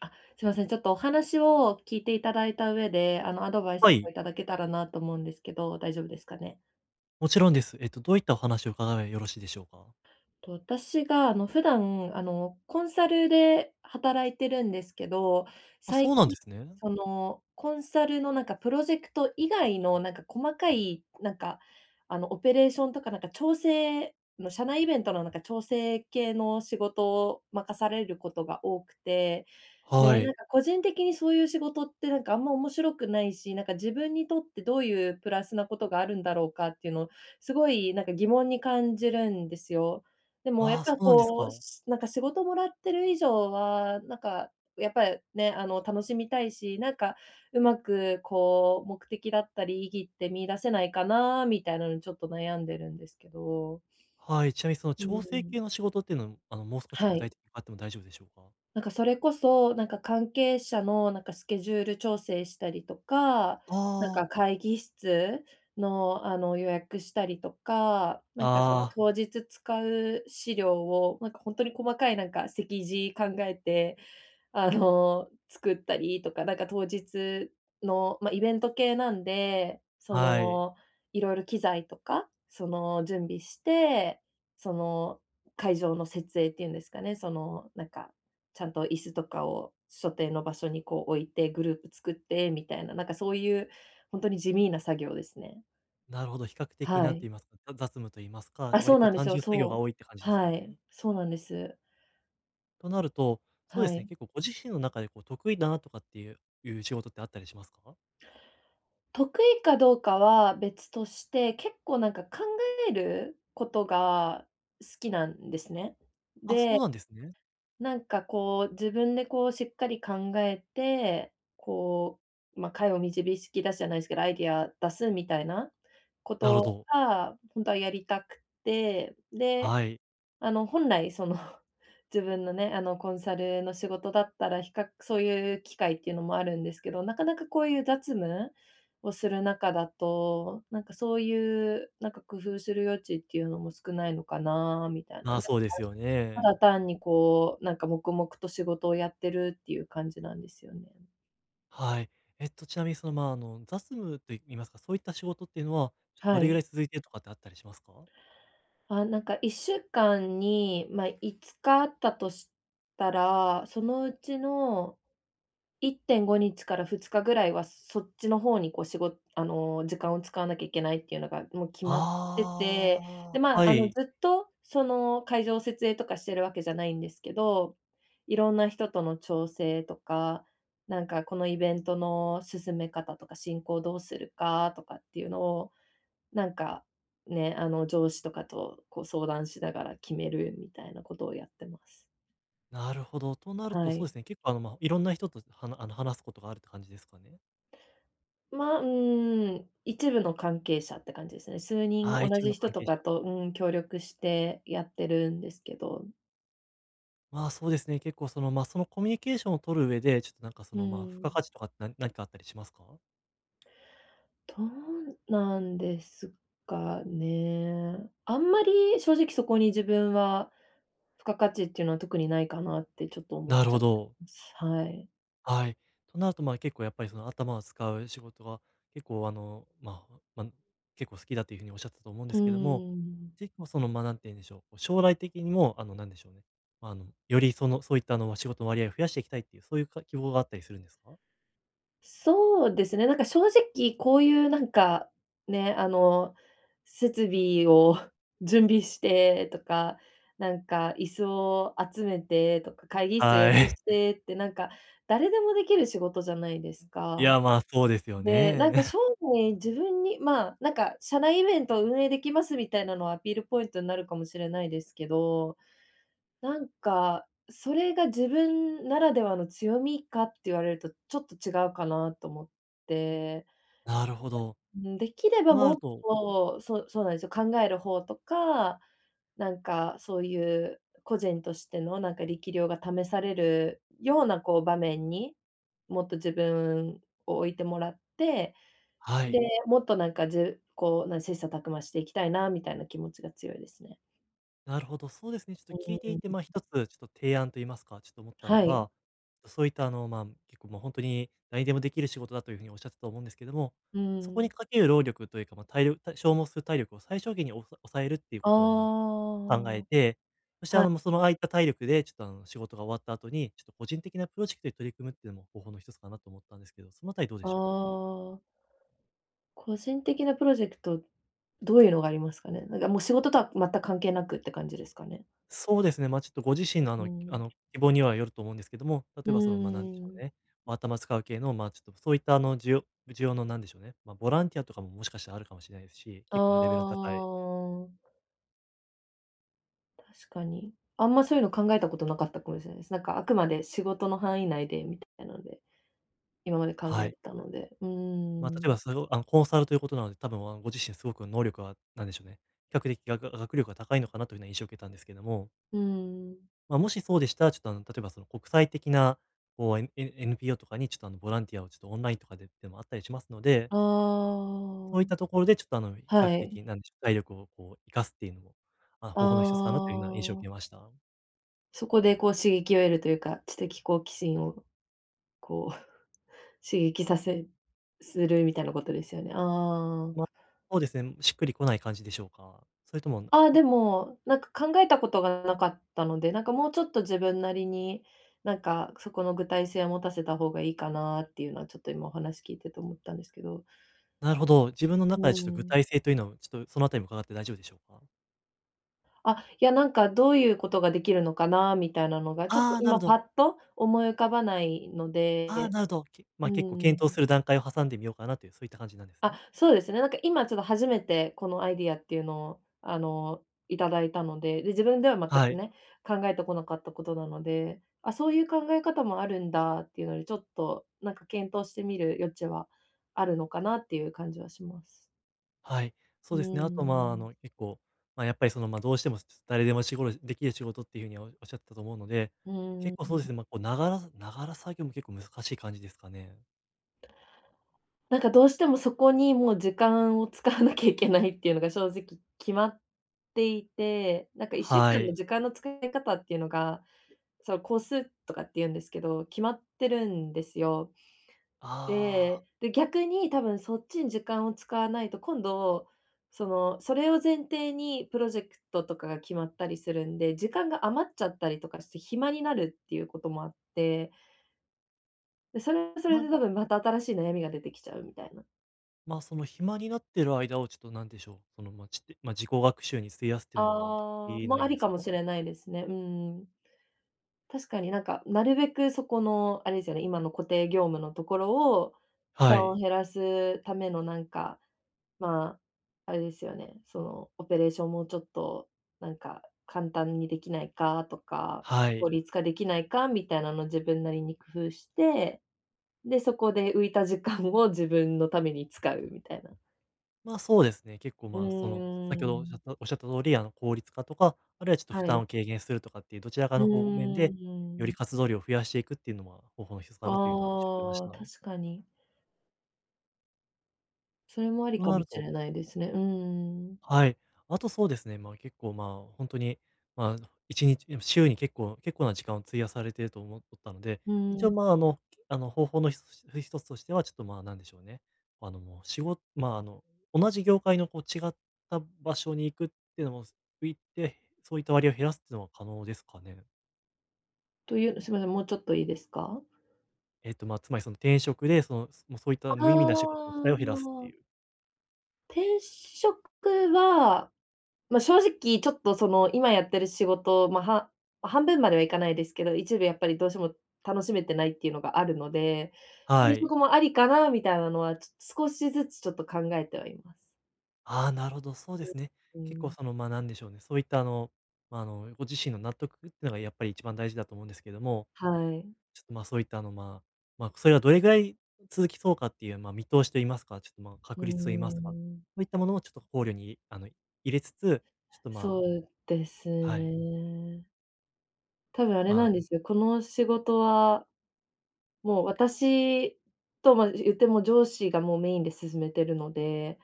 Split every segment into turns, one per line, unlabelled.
あ、すいません、ちょっとお話を聞いていただいた上で、アドバイス
は
とか
い、
いただけたらなと思うんですけど、大丈夫ですかね？
もちろんです。どういったお話を伺えばよろしいでしょうか？
と、私が、普段、コンサルで働いてるんですけど、
あ、そ
最
うなん
近、
ですね。
その、コンサルのプロジェクト以外の細かい、オペレーションとか調整の社内イベントの調整系の仕事を任されることが多くて。
は
で、
い。
個人的にそういう仕事ってあんま面白くないし、自分にとってどういうプラスなことがあるんだろうかっていうのを、すごい疑問に感じるんですよ。でもや
あ
っ
あ、そ
ぱ
うなんです
こ
か。
う、仕事もらってる以上は、やっぱりね、楽しみたいし、うまくこう目的だったり意義って見出せないかなみたいなのにちょっと悩んでるんですけど。
はい、ちなみにその
う
調整
ん、
系の仕事っていうのも、もう少し
は
具体
い。
的に伺っても大丈夫でしょうか？
それこそ、関係者のスケジュール調整したりとか、
ああ、
会議室の、予約したりとか、その
ああ、
当日使う資料を、ほんとに細かい席次考えて作ったりとか、当日の、ま、イベント系なんで、そ
はい。
の、いろいろ機材とか、その、準備して、その、会場の設営っていうんですかね、その、ちゃんと椅子とかを所定の場所にこう置いて、グループ作ってみたいな、そういうほんとに地味な作業ですね。
なるほど、比較的な
は
って言
い。
いますか、雑務と言いますか、
あ、
割
そう
と
なんで
単
すよ、
純作業が
そう。
多いって感じですか
は
ね。
い、そうなんです。
となると、そうで
は
すね、
い。
結構ご自身の中でこう得意だなとかっていう仕事ってあったりしますか？
得意かどうかは別として、結構考えることが好きなんですね。
あ、そう
で、
なんですね。
こう自分でこうしっかり考えて、こう、ま、解を導き出すじゃないですけど、アイディア出すみたいなこ
なるほ
と
ど。
が本当はやりたくて、で、
はい。
本来その 自分のね、コンサルの仕事だったら、比較そういう機会っていうのもあるんですけど、なかなかこういう雑務をする中だと、そういう、工夫する余地っていうのも少ないのかなみたいな
ま
ね。
あ、そうですよ
た
ね。
だ単にこう、黙々と仕事をやってるっていう感じなんですよね。
はい。ちなみにその、雑務といいますか、そういった仕事っていうのは、ちょっとど
は
れぐ
い。
らい続いてるとかってあったりしますか？
あ、1週間に、まあ、5日あったとしたら、そのうちの1.5日から2日ぐらいは、そっちの方にこう、時間を使わなきゃいけないっていうのが、もう決まってて、
あ
で、
あ
ま
ー、は
あ、
い。
ずっと、その、会場設営とかしてるわけじゃないんですけど、いろんな人との調整とか、このイベントの進め方とか、進行どうするかとかっていうのを、なんか、ね、上司とかとこう、相談しながら決めるみたいなことをやってます。
なるほど。となると、
は
そう
い。
ですね、結構、いろんな人とはなあの、話すことがあるって感じですかね？
まあ、うーん、一部の関係者って感じですね。数人
ああ、一
同
部
じ
の
人
関
と
係者。
かと、うん、協力してやってるんですけど、
まあ、そうですね、結構その、まあ、そのコミュニケーションを取る上で、ちょっとなんかそ
う
の、まあ、付加価
ん、
値とかってな何かあったりしますか？
どうなんですかね。あんまり正直そこに自分は、付加価値っていうのは特にないかなってちょっと思っ
なる
ちゃ
ほ
って
ど。
ます。はい。
はい。となると、まあ、結構やっぱりその頭を使う仕事が結構結構好きだというふうにおっしゃったと思うんで
う
すけども、
ん。
結構その、なんて言うんでしょう、こう将来的にもあの、なんでしょうね、まあ、あの、よりその、そういった仕事の割合を増やしていきたいっていう、そういう希望があったりするんですか？
そうですね、正直こういうね、設備を 準備してとか、椅子を集めてとか、会 議室予
は
約し
い。
てって誰でもできる仕事じゃないです
いや、
か。
まあ、そうですよ
で、
ね。
将来自分に、まあ、社内イベントを運営できますみたいなのはアピールポイントになるかもしれないですけど、それが自分ならではの強みかって言われると、ちょっと違うかなと思って、
なるほど。
うん、できれば
とな
も
る
っ
と、
と、そうそうなんですよ、考える方とか、そういう個人としての力量が試されるようなこう場面に、もっと自分を置いてもらって、
は
で、
い。
もっとこう、切磋琢磨していきたいなみたいな気持ちが強いですね。
なるほど、そうですね。ちょっと
う
聞いてい
ん、
て、まあ、一つちょっと提案と言いますか、ちょっと思ったの
はい。
が、そういった結構もう本当に誰にでもできる仕事だというふうにおっしゃってたと思うんですけども、
う
そこに
ん。
かける労力というか、消耗する体力を最小限に抑えるっていうこ
あ
とを考
あ、
えて、そして
はい。
その空いた体力でちょっと仕事が終わった後に、ちょっと個人的なプロジェクトに取り組むっていうのも方法の一つかなと思ったんですけど、そのあたりどうで
あ
しょうか？
あ、個人的なプロジェクト、どういうのがありますかね？もう仕事とは全く関係なくって感じですかね？
そうですね、まあ、ちょっとご自身の
うん。
希望にはよると思うんですけども、例
う
え
ー
ばその、まあ、なんでしょうね、
ん。
頭使う系の、まあ、ちょっとそういった需要のなんでしょうね、まあ、ボランティアとかももしかしたらあるかもしれないですし、
あ
結構レベルの高い、
あ、確かに。あんまそういうの考えたことなかったかもしれないです。あくまで仕事の範囲内でみたいなので、今まで考
は
え
い。
てたので。う
まあ、例
ー
えば
ん。
それをコンサルということなので、多分ご自身すごく能力はなんでしょうね、比較的学力が高いのかなというような印象を受けたんですけども、
うーん。
まあ、もしそうでしたら、ちょっと例えばその国際的なこう、NPO とかにちょっとボランティアをちょっとオンラインとかででもあったりしますので、
あ
そういっ
あ、
たところで、ちょっと比較
はい。
的、なんでしょう、体力をこう生かすっていうのも、
あ
方法の一つかなというような印象を受
あ、
けました。
そこでこう刺激を得るというか、知的好奇心をこう、刺激させするみたいなことですよね。ああ。
まあ、そうですね、しっくりこない感じでしょうか？それとも、
ああ、でも、考えたことがなかったので、もうちょっと自分なりに、そこの具体性を持たせた方がいいかなっていうのはちょっと今お話聞いてて思ったんですけど。
なるほど、自分の
う
中でちょっ
ー
と具
ん。
体性というのを、ちょっとそのあたりも伺って大丈夫でしょうか？
あ、いやどういうことができるのかなみたいなのが、ちょっ
あ
と
あ、なるほ
今パ
ど。
ッと思い浮かばないの
ああ、
で、
なるほど。ま
う
あ、結構
ー
検討
ん。
する段階を挟んでみようかなという、そういった感じなんですね。
あ、そうですね。今ちょっと初めてこのアイディアっていうのを、いただいたので、で、自分では全
は
く
い。
ね、考えてこなかったことなので、あ、そういう考え方もあるんだっていうので、ちょっと検討してみる余地はあるのかなっていう感じはします。
はい、そ
う
うですね。
ー
あと、まあ、
ん。
結構、まあ、やっぱり、その、どうしても、誰でもできる仕事っていうふうにおっしゃってたと思うので、
うー
結構そう
ん。
ですね、まあ、こう、ながらながら作業も結構難しい感じですかね。
どうしてもそこにもう時間を使わなきゃいけないっていうのが正直決まっていて、1週
は
間の
い。
時間の使い方っていうのがその個数とかって言うんですけど、決まってるんですよ。
ああ、
で、逆に多分そっちに時間を使わないと、今度、その、それを前提にプロジェクトとかが決まったりするんで、時間が余っちゃったりとかして暇になるっていうこともあって、で、それはそ
ま
れ
あ、
で多分また新しい悩みが出てきちゃうみたいな。
まあ、その、暇になってる間を、ちょっと、なんでしょう、その、まあ、ちってまあ、自己学習に費やすっていうのはで
ああ、
きな
も
いん
あ
で
り
す
かも
か？
しれないですね。うん。確かになるべくそこの、あれですよね、今の固定業務のところを、負
は
担を
い、
減らすためのまあ、あれですよね、その、オペレーションもうちょっと、簡単にできないかとか、
は
効
い。
率化できないかみたいなのを自分なりに工夫して、で、そこで浮いた時間を自分のために使うみたいな。
まあ、そうですね。結構、
う
まあ、その、先ほ
ー
ど
ん。
おっしゃった通り、効率化とか、あるいはちょっと負
は
担
い。
を軽減するとかっていうどちらか
う
の方面
ー
で、より
ん。
活動量を増やしていくっていうのは方法の一つか
あ
なというのは印象を受けまし
あ、
た。
確かに。それもあり
と
か
な
も
る
し
と、
れないですね。うーん。
はい。あとそうですね、まあ、結構、まあ、本当に、まあ、1日、週に結構な時間を費やされていると思っとったので、
う
一
ー
応、
ん。
まあ、方法の一つとしては、ちょっと、まあ、なんでしょうね、あの、もう、仕事まあ、同じ業界の、こう、違った場所に行くっていうのも、行って、そういった割合を減らすっていうのは可能ですかね？
という、すみません、もうちょっといいですか？
まあ、つまり、その、転職で、その、もう、そういった
あ
無意味な仕事自体を減らすって
あ、
いう。
転職はまあ、正直ちょっとその、今やってる仕事、まあ、は半分まではいかないですけど、一部やっぱりどうしても楽しめてないっていうのがあるので、
は
転
い。
職もありかなみたいなのは、少しずつちょっと考えてはいます。
ああ、なるほど、そうですね。
う、
結構
ん。
その、なんでしょうね、そういったご自身の納得っていうのがやっぱり一番大事だと思うんですけども、
はい。
ちょっと、そういったそれがどれぐらい続きそうかっていう、見通しと言いますか、ちょっと、
う
確
ー
率と言いますか、そ
ん。
ういったものをちょっと考慮に、入れつつ、ちょっと、
そ
まあ、
うです
はい、
ね。多分あれ
ま
なんで
あ
すよ、この仕事は、もう私と、まあ、言っても上司がもうメインで進めてるので、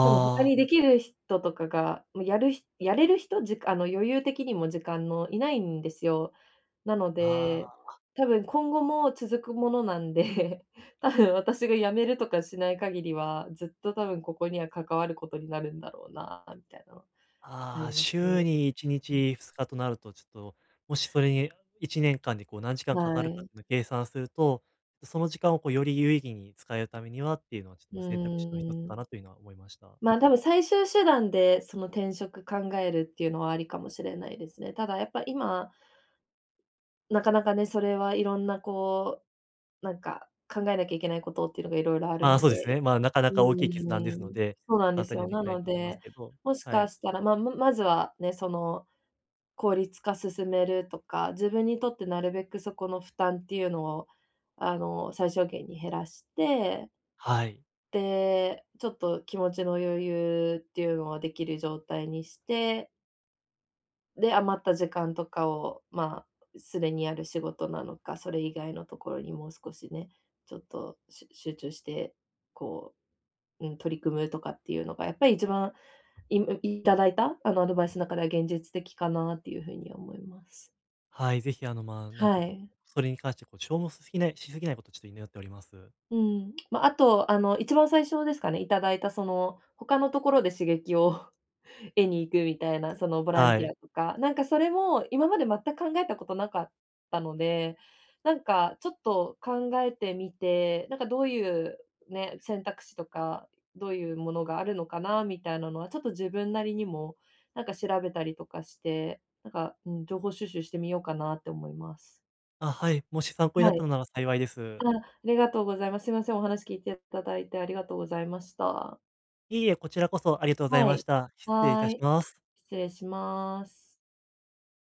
多分他
あ、
にできる人とかが、もうやれる人、余裕的にも時間のいないんですよ。なので、
ああ
多分今後も続くものなんで、多分私が辞めるとかしない限りは、ずっと多分ここには関わることになるんだろうなみたいなのありますね。
週に1日、2日となると、ちょっと、もしそれに1年間でこう何時間
は
かかるかっ
い。
ていうのを計算すると、その時間をこうより有意義に使えるためにはっていうのは、ちょっと、
う
選択肢の一つ
ー
か
ん。
なというのは思いました。
ま、多分最終手段でその転職考えるっていうのはありかもしれないですね。ただやっぱ今、なかなかね、それはいろんなこう考えなきゃいけないことっていうのがいろいろある
まあ、
の
そうです
で、
ね。まあ、なかな
う
か大きい決断で
ー
すの
ん、
で、
そうなんで
簡
す
単には
よ。
でき
な
ない
の
と思います
で、
けど、
もし
は
か
い。
したら、まあまずはね、その、効率化進めるとか、自分にとってなるべくそこの負担っていうのを、最小限に減らして、
はい。
で、ちょっと気持ちの余裕っていうのはできる状態にして、で、余った時間とかを、まあ、すでにある仕事なのか、それ以外のところにもう少しね、ちょっとし集中して、こう、うん、取り組むとかっていうのが、やっぱり一番、いただいた、アドバイスの中では現実的かなっていう風には思います。
はい、ぜひまあ、なんてい
は
うか、
い。
それに関してこう消耗しすぎないしすぎないことをちょっと祈っております。
うん。まあ、あと、一番最初ですかね、いただいたその、他のところで刺激を絵に行くみたいな、そのボラン
は
ティ
い。
アとか、それも今まで全く考えたことなかったので、ちょっと考えてみて、どういうね、選択肢とか、どういうものがあるのかなみたいなのは、ちょっと自分なりにも、調べたりとかして、うん、情報収集してみようかなって思います。
あ、はい、もし参考になっ
は
た
い。
のなら幸いです。
あ、ありがとうございます。すいません、お話聞いていただいてありがとうございました。
いいえ、こちらこそありがとうござい
は
まし
い。
た。失礼いた
は
し
い、
ます。
失礼します。